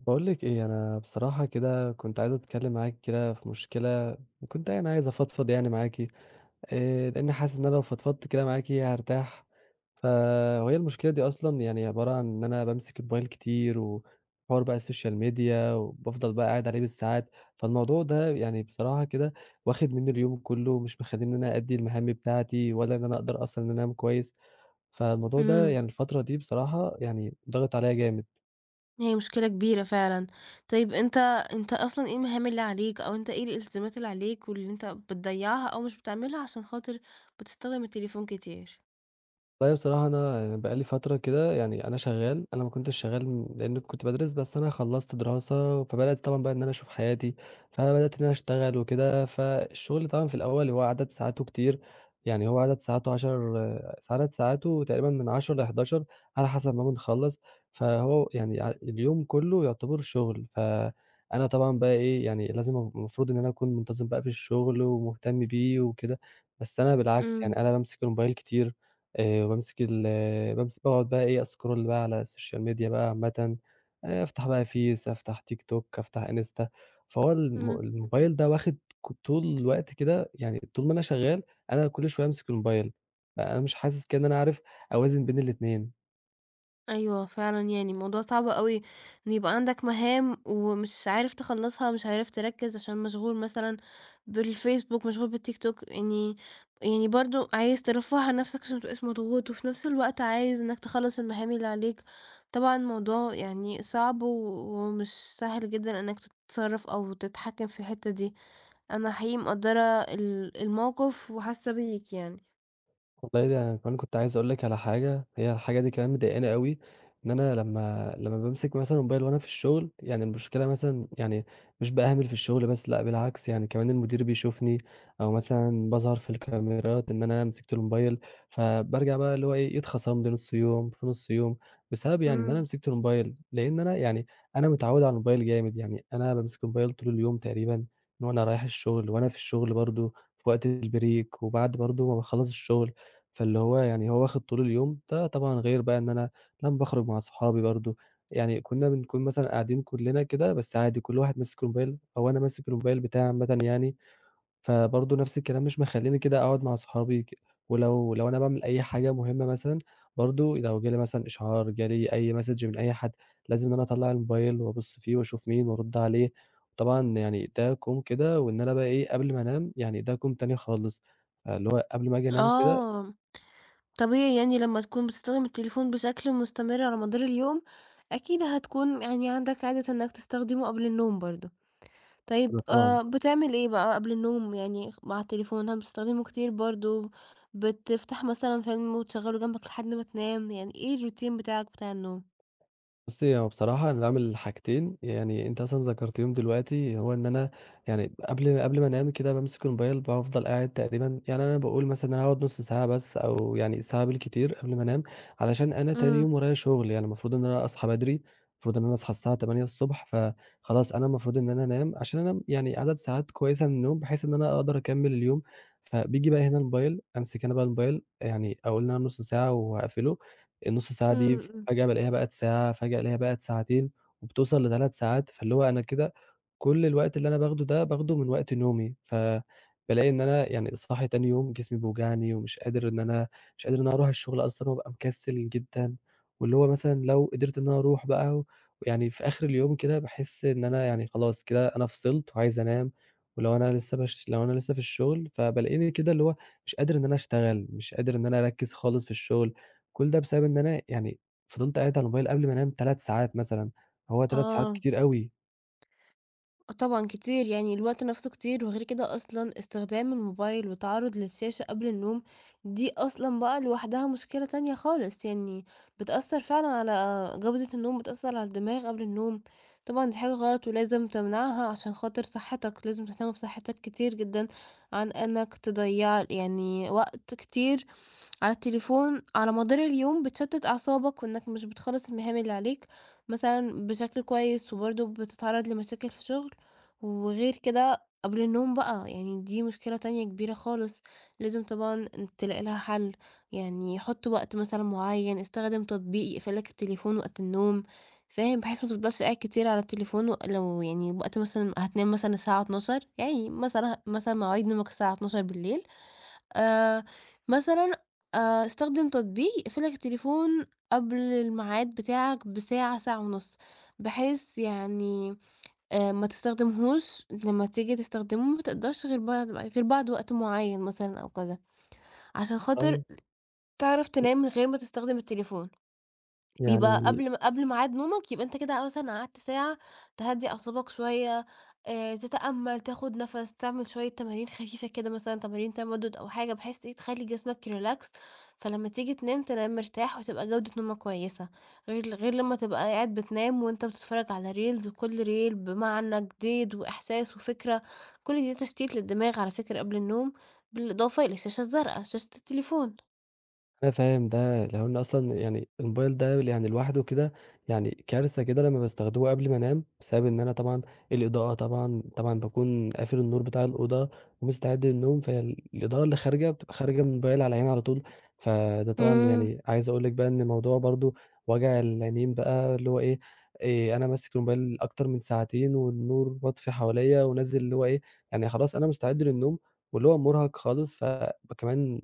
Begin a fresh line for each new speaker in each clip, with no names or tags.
باقول لِك إيه، أنا بصراحة كده كنت عايز أتكلّم معاكِ كده في مشكلة، وكنت يعني عايز أفضفض يعني معاكِ، لإني حاسس إن أنا لو فضفضت كده معاكِ هارتاح. فهي المشكلة دي أصلًا يعني عبارة عن إن أنا بامسك الموبايل كتير، وحوار بقى السوشيال ميديا، وبافضل بقى قاعد عليه بالساعات، فالموضوع ده يعني بصراحة كده واخد منّي اليوم كلّه، ومش مخلّيني إن أنا أأدّي المهام بتاعتي، ولا إن أنا أقدر أصلًا إن أنا أنام كويس، فالموضوع ده
إمم،
يعني الفترة دي بصراحة يعني ضاغط عليّا جامد.
هي مشكلة كبيرة فعلًا. طيب أنت أصلًا إيه المهام اللي عليك، أو أنت إيه الالتزامات اللي عليك واللي أنت بتضيّعها أو مش بتعملها عشان خاطر بتستخدم التليفون كتير؟
والله بصراحة أنا يعني بقى لي فترة كده يعني أنا شغال، أنا ما كنتش شغال لإن كنت بادرس، بس أنا خلّصت دراسة، فبدأت طبعًا بقى إن أنا أشوف حياتي، فبدأت إن أنا أشتغل وكده، فالشغل طبعًا في الأول هو عدد ساعاته كتير، يعني هو عدد ساعاته 10 عدد ساعاته تقريبًا من 10 ل11 على حسب ما بنخلّص، فهو يعني ع اليوم كلّه يعتبر شغل، فأنا طبعًا بقى إيه، يعني لازم المفروض إن أنا أكون منتظم بقى في الشغل ومهتم بيه وكده، بس أنا بالعكس
إمم،
يعني أنا بامسك الموبايل كتير. وبامسك ال بامس باقعد بقى إيه أسكرول بقى على السوشيال ميديا بقى عامةً، أفتح بقى فيس، أفتح تيك توك، أفتح انستا، فهو
إمم.
الموبايل ده واخد طول الوقت كده يعني طول ما أنا شغال، أنا كل شوية أمسك الموبايل، فأنا مش حاسس كده إن أنا عارف أوازن بين الاتنين.
أيوه فعلًا، يعني الموضوع صعب أوي إن يبقى عندك مهام ومش عارف تخلّصها، مش عارف تركّز عشان مشغول مثلًا بالفيسبوك، مشغول بالتيكتوك، يعني برضه عايز ترفّه عن نَفْسك عشان ما تبقاش مضغوط، وفي نَفْس الوقت عايز إنّك تخلّص المهام اللي عليك. طبعًا الموضوع يعني صعب ومش سهل جدًا إنّك تتصرّف أو تتحكّم في الحتّة دي. أنا حقيقي مقدّرة الموقف وحاسّة بيك يعني.
والله ده أنا كمان كنت عايز أقول لك على حاجة، هي الحاجة دي كمان مضايقاني أوي، إن أنا لمّا بامسك مثلًا الموبايل وأنا في الشغل، يعني المشكلة مثلًا يعني مش باهمل في الشغل بس لأ بالعكس يعني كمان المدير بيشوفني، أو مثلًا باظهر في الكاميرات إن أنا مسكت الموبايل، فبارجع بقى اللي هو إيه يتخصم لي نُص يوم، في نُص يوم، بسبب يعني إن أنا
إمم.
مسكت الموبايل، لإن أنا يعني أنا متعود على الموبايل جامد، يعني أنا بامسك الموبايل طول اليوم تقريبًا، من وأنا رايح الشغل وأنا في الشغل برضه، في وقت البريك وبعد برضه ما باخلّص الشغل. فاللي هو يعني هو واخد طول اليوم، ده طبعًا غير بقى إن أنا لمّا باخرج مع صحابي برضه، يعني كُنّا بنكون مثلًا قاعدين كُلّنا كده، بس عادي كل واحد ماسك الموبايل أو أنا ماسك الموبايل بتاعي عامةً يعني، فبرضه نفس الكلام مش مخلّيني كده أقعد مع صحابي ولو أنا باعمل أي حاجة مهمة مثلًا، برضه لو جه لي مثلًا إشعار، جه لي أي message من أي حد، لازم إن أنا أطلّع الموبايل وأبُص فيه وأشوف مين وأرُد عليه، طبعًا يعني ده كُوم كده وإن أنا بقى إيه، قبل ما أنام يعني ده كُوم تاني خالص، فاللي هو قبل ما آجي أنام كده.
آه. طبيعي يعني لمّا تكون بتستخدم التليفون بشكل مستمر على مدار اليوم، أكيد هتكون يعني عندك عادة إنك تستخدمه قبل النوم برضه. طيب
أنا طبعًا
بتعمل إيه بقى قبل النوم يعني مع التليفون؟ هل بتستخدمه كتير برضه، بتفتح مثلًا فيلم وتشغّله جنبك لحد ما تنام، يعني إيه الroutine بتاعك بتاع النوم؟
بُصّي، هو بصراحة أنا باعمل حاجتين، يعني أنتِ أصلًا ذكرتيهم دلوقتي، هو إن أنا يعني قبل ما أنام كده بامسك الموبايل بافضل قاعد تقريبًا يعني أنا باقول مثلًا إن أنا هاقعد نُص ساعة بس أو يعني ساعة بالكتير قبل ما أنام، علشان أنا تاني
إمم،
يوم ورايا شغل، يعني المفروض إن أنا أصحى بدري، المفروض إن أنا أصحى الساعة 8:00 ص، فخلاص أنا المفروض إن أنا أنام عشان أنام يعني عدد ساعات كويسة من النوم، بحيث إن أنا أقدر أكمّل اليوم، فبييجي بقى هنا الموبايل، أمسك أنا بقى الموبايل يعني أقول إن أنا نُص ساعة وهاقفله. النُص ساعة دي
إمم، إمم،
فجأة بالاقيها بقت ساعة، فجأة الاقيها بقت ساعتين، وبتوصل ل3 ساعات، فاللي هو أنا كده كل الوقت اللي أنا باخده ده، باخده من وقت نومي، فبالاقي إن أنا يعني صاحي تاني يوم جسمي بيوجعني، ومش قادر إن أنا مش قادر إن أنا أروح الشغل أصلًا، وابقى مكسل جدًا، واللي هو مثلًا لو قدرت إن أنا أروح بقى ويعني في آخر اليوم كده باحس إن أنا يعني خلاص كده أنا فصلت وعايز أنام، ولو أنا لسه باش لو أنا لسه في الشغل، فبالاقيني كده اللي هو مش قادر إن أنا أشتغل، مش قادر إن أنا أركّز خالص في الشغل. كل ده بسبب إن أنا يعني فضلت قاعد على الموبايل قبل ما أنام 3 ساعات مثلًا، هو 3 ساعات
آه.
كتير أوي.
آه طبعًا كتير، يعني الوقت نفسه كتير، وغير كده أصلًا استخدام الموبايل والتعرُّض للشاشة قبل النوم، دي أصلًا بقى لوحدها مشكلة تانية خالص، يعني بتأثّر فعلًا على جودة النوم، بتأثّر على الدماغ قبل النوم، طبعًا دي حاجة غلط ولازم تمنعها عشان خاطر صحّتك، لازم تهتم بصحّتك كتير جدًا عن إنك تضيّع يعني وقت كتير على التليفون على مدار اليوم، بتشتِّت أعصابك وإنك مش بتخلّص المهام اللي عليك مثلًا بشكل كويس، وبرضه بتتعرّض لمشاكل في الشغل. وغير كده قبل النوم بقى يعني دي مشكلة تانية كبيرة خالص لازم طبعًا تلاقي لها حل، يعني حُط وقت مثلًا معيّن، استخدم تطبيق يقفل لك التليفون وقت النوم، فاهم؟ بحيث ما تفضلش قاعد كتير على التليفون و لو يعني وقت مثلًا هتنام مثلًا الساعة 00:00 يعني مثلًا مواعيد نومك الساعة 00:00 آآ، مثلًا استخدم تطبيق يقفل لك التليفون قبل الميعاد بتاعك بساعة، ساعة ونُص، بحيث يعني ما تستخدمهوش لمّا تيجي تستخدمه ما تقدرش غير بعد وقت معيّن مثلًا أو كذا، عشان خاطر
طيب،
تعرف
ي
تنام من غير ما تستخدم التليفون. يبقى
يعني
قبل ما قبل ميعاد نومك يبقى أنت كده مثلًا قعدت ساعة تهدّي أعصابك شوية، تتأمل، تاخد نَفَس، تعمل شوية تمارين خفيفة كده مثلًا تمارين تمدد أو حاجة بحيث إيه تخلّي جسمك relax، فلمّا تيجي تنام، تنام مرتاح وتبقى جودة نومك كويسة، غير لمّا تبقى قاعد بتنام وأنت بتتفرج على reels وكل reel بمعنى جديد وإحساس وفكرة، كل دي تشتيت للدماغ على فكرة قبل النوم، بالإضافة إلى الشاشة الزرقا، شاشة التليفون.
أنا فاهم ده، لو إن أصلًا يعني الموبايل ده يعني لوحده كده يعني كارثة كده لمّا باستخدمه قبل ما أنام، بسبب إن أنا طبعًا الإضاءة طبعًا باكون قافل النور بتاع الأوضة ومستعد للنوم، فالإضاءة اللي خارجة بتبقى خارجة من الموبايل على عيني على طول، فده طبعًا
إمم،
يعني عايز أقول لِك بقى إن موضوع برضه وجع العينين بقى اللي هو إيه، أنا ماسك الموبايل أكتر من ساعتين والنور مطفي حواليّا ونازل اللي هو إيه، يعني خلاص أنا مستعد للنوم واللي هو مرهق خالص، فكمان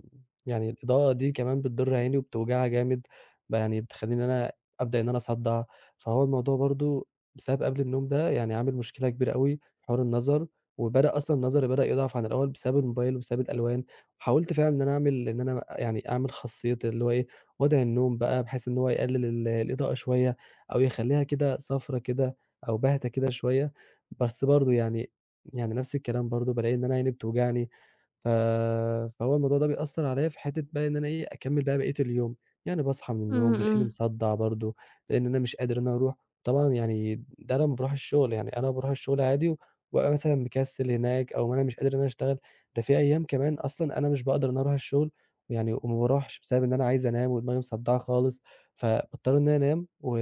يعني الإضاءة دي كمان بتضر عيني وبتوجعها جامد، يعني بتخلّيني إن أنا أبدأ إن أنا أصدَّع، فهو الموضوع برضه بسبب قبل النوم ده يعني عامل مشكلة كبيرة أوي، حوار النَظَر، وبدأ أصلًا نَظَري بدأ يضعف عن الأول بسبب الموبايل وبسبب الألوان، حاولت فعلًا إن أنا أعمل إن أنا يعني أعمل خاصية اللي هو إيه، وضع النوم بقى بحيث إن هو يقلل الإضاءة شوية، أو يخلّيها كده صفرا كده أو باهتة كده شوية، بس برضه يعني نفس الكلام برضه بالاقي إن أنا عيني بتوجعني. ف فهو الموضوع ده بيأثّر عليَّ في حتّة بقى إن أنا إيه، أكمّل بقى بقية اليوم، يعني باصحى من
إمم،
النوم بالاقيني
إمم،
مصدّع برضه، لإن أنا مش قادر إن أنا أروح، طبعًا يعني ده لمّا باروح الشغل، يعني أنا باروح الشغل عادي وابقى مثلًا مكسّل هناك أو أنا مش قادر إن أنا أشتغل، ده في أيام كمان أصلًا أنا مش باقدر إن أنا أروح الشغل، يعني وما باروحش بسبب إن أنا عايز أنام ودماغي مصدّعة خالص، فباضطر إن أنا أنام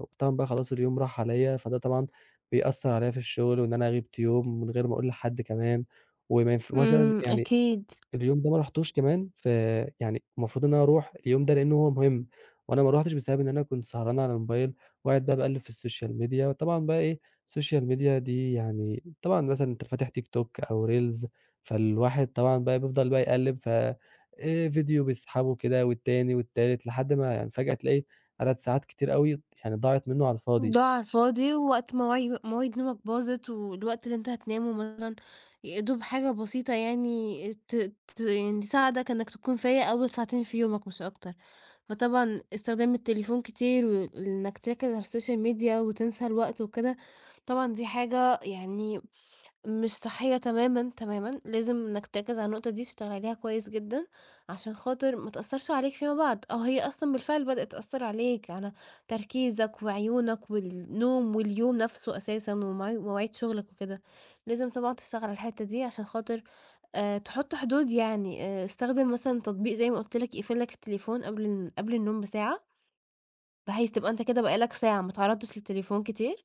وطبعًا بقى خلاص اليوم راح عليَّ، فده طبعًا بيأثّر عليَّ في الشغل وإن أنا غِبت يوم من غير ما أقول لحد كمان، وما ينف مثلًا
إمم،
يعني
أكيد.
اليوم ده ما رُحتوش كمان، فيعني المفروض إن أنا أروح اليوم ده لإنه هو مهم، وأنا ما رُحتش بسبب إن أنا كنت سهران على الموبايل وقاعد بقى باقلِّب في السوشيال ميديا، طبعًا بقى إيه، السوشيال ميديا دي يعني طبعًا مثلًا أنت فاتح تيك توك أو reels فالواحد طبعًا بقى بيفضل بقى يقلِّب ف فيديو بيسحبه كده والتاني والتالت لحد ما يعني فجأة تلاقي عدد ساعات كتير أوي يعني ضاعت منّه على الفاضي.
ضاع على الفاضي، ووقت مواعيد نومك باظت، والوقت اللي أنت هتنامه مثلًا يا دوب حاجة بسيطة يعني ت ت يعني تساعدك إنك تكون فايق أول ساعتين في يومك مش أكتر. فطبعًا استخدام التليفون كتير، وإنك تركز على السوشيال ميديا وتنسى الوقت وكده، طبعًا دي حاجة يعني مش صحية تمامًا، تمامًا، لازم إنك تركز على النقطة دي، تشتغل عليها كويس جدًا، عشان خاطر ما تأثّرش عليك فيما بعد، أو هي أصلًا بالفعل بدأت تأثّر عليك، على تركيزك وعيونك والنوم واليوم نفسه أساسًا ومواعيد شغلك وكده. لازم طبعًا تشتغل على الحتّة دي عشان خاطر تحط حدود يعني استخدم مثلًا تطبيق زي ما قُلت لك يقفل لك التليفون قبل النوم بساعة، بحيث تبقى أنت كده بقى لك ساعة ما اتعرّضتش للتليفون كتير.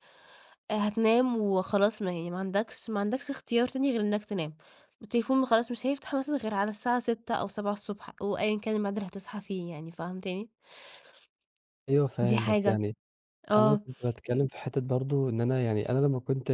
هتنام وخلاص ما عندكش اختيار تاني غير إنك تنام. التليفون خلاص مش هيفتح مثلًا غير على الساعة 06:00 أو 07:00 وأيًا كان الميعاد اللي هتصحى فيه يعني، فهمتني؟
أيوه
دي
فاهم، بس
حاجة،
يعني أنا
آه.
كنت باتكلّم في حتّة برضه إن أنا يعني أنا لمّا كنت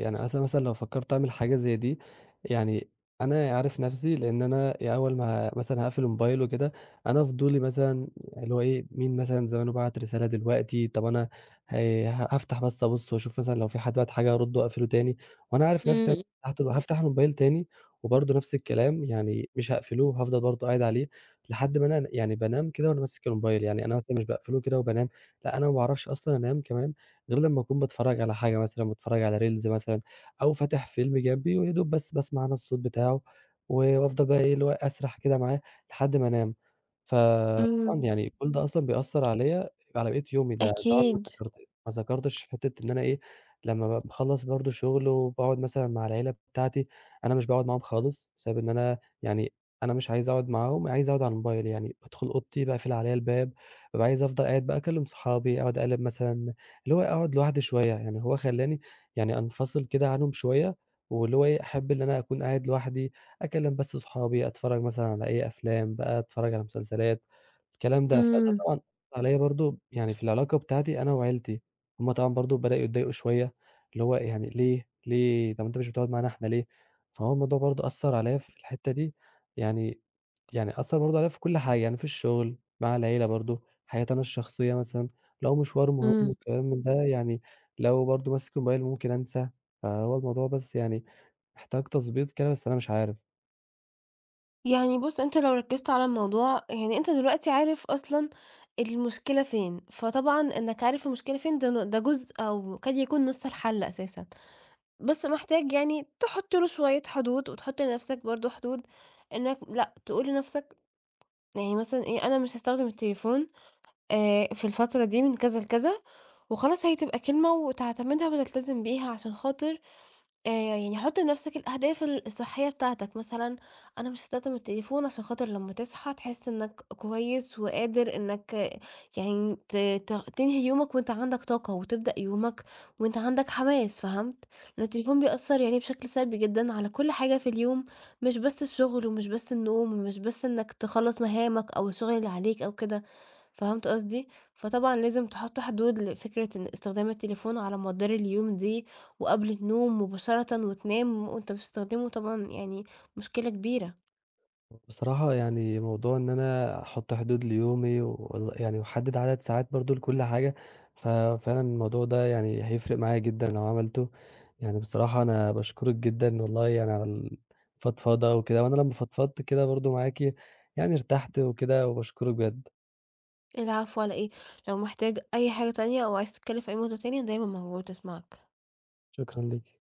يعني مثلًا لو فكّرت أعمل حاجة زي دي، يعني أنا عارف نَفْسي لإن أنا يعني أول ما مثلًا هاقفل الموبايل وكده، أنا فضولي مثلًا اللي هو إيه، مين مثلًا زمانه بَعت رسالة دلوقتي، طَب أنا هي ه هافتح بس أبُص وأشوف مثلًا لو في حد بَعت حاجة هارُد وأقفله تاني، وأنا عارف نَفْسي أنا
إمم.
فتحته هافتح الموبايل تاني وبرضه نَفْس الكلام، يعني مش هاقفله وهافضل برضه قاعد عليه لحد ما أنا يعني بانام كده وأنا ماسك الموبايل، يعني أنا مثلًا مش باقفله كده وبانام لأ، أنا ما باعرفش أصلًا أنام كمان غير لمّا أكون باتفرّج على حاجة مثلًا، باتفرّج على reels مثلًا أو فاتح فيلم جنبي ويا دوب بس باسمع أنا الصوت بتاعه و وافضل بقى إيه، اللي هو أسرح كده معاه لحد ما أنام.
إمم،
فطبعًا يعني كل ده أصلًا بيأثّر عليَّ على بقية يومي، ده طبعًا
أكيد.
ما ذكرتش حتّة إن أنا إيه، لمّا باخلّص برضه شغل وباقعد مثلًا مع العيلة بتاعتي، أنا مش باقعد معاهم خالص بسبب إن أنا يعني أنا مش عايز أقعد معاهم، عايز أقعد على الموبايل، يعني بادخل أوضتي باقفل عليَّ الباب بابقى عايز أفضل قاعد بقى أكلّم صحابي، أقعد أقلّب مثلًا اللي هو أقعد لوحدي شوية، يعني هو خلّاني يعني أنفصل كده عنهم شوية، واللي هو إيه، أحب إن أنا أكون قاعد لوحدي، أكلّم بس صحابي، أتفرّج مثلًا على أي أفلام بقى، أتفرّج على مسلسلات، الكلام ده. فده
إمم،
طبعًا أثّر عليّا برضه يعني في العلاقة بتاعتي أنا وعيلتي، هُم طبعًا برضه بدأوا يتضايقوا شوية، اللي هو يعني ليه، ليه، طَب أنت مش بتقعد معانا إحنا ليه؟ فهو الموضوع برضه أثّر عليّا في الحتّة دي، يعني أثّر برضه عليَّ في كل حاجة، يعني في الشغل، مع العيلة برضه، حياتي أنا الشخصية مثلًا، لو مشوار مهم
إمم.
وكلام من ده، يعني لو برضه ماسك الموبايل ممكن أنسى، فهو الموضوع بس يعني محتاج تضبيط كده، بس أنا مش عارف.
يعني بُص، أنت لو ركّزت على الموضوع يعني أنت دلوقتي عارف أصلًا المشكلة فين، فطبعًا إنك عارف المشكلة فين ده جزء أو قد يكون نُص الحل أساسًا. بُص، محتاج يعني تحُط له شوية حدود وتحُط لنَفْسك برضه حدود إنّك لأ، تقول لنَفْسك يعني مثلًا إيه، أنا مش هاستخدم التليفون في الفترة دي من كذا لكذا، وخلاص هي تبقى كلمة وتعتمدها وتلتزم بيها عشان خاطر يعني حُطّي لنَفْسِك الأهداف الصحّية بتاعتك، مثلًا أنا مش هاستخدم التليفون عشان خاطر لمّا تصحى تحس إنّك كويس وقادر إنّك يعني ت ت تنهي يومك وأنت عندك طاقة وتبدأ يومك وأنت عندك حماس، فهمت؟ لإن التليفون بيأثّر يعني بشكل سلبي جدًا على كل حاجة في اليوم، مش بس الشغل ومش بس النوم ومش بس إنّك تخلّص مهامك أو الشغل اللي عليك أو كده، فهمت قصدي؟ فطبعًا لازم تحُط حدود لفكرة إن استخدام التليفون على مدار اليوم دي وقبل النوم مباشرةً وتنام وأنت بتستخدمه طبعًا يعني مشكلة كبيرة.
بصراحة يعني موضوع إن أنا أحط حدود ليومي يعني وأحدد عدد ساعات برضه لكل حاجة، ففعلًا الموضوع ده يعني هيفرق معايا جدًا لو عملته، يعني بصراحة أنا باشكرِك جدًا والله يعني على الفضفضة وكده، وأنا لمّا فضفضت كده برضه معاكِ يعني ارتحت وكده، وباشكرِك بجد،
العفو على إيه؟ لو محتاج أي حاجة تانية أو عايز تتكلم في أي موضوع تاني أنا دايمًا موجودة أسمعك.
شكرًا ليكِ.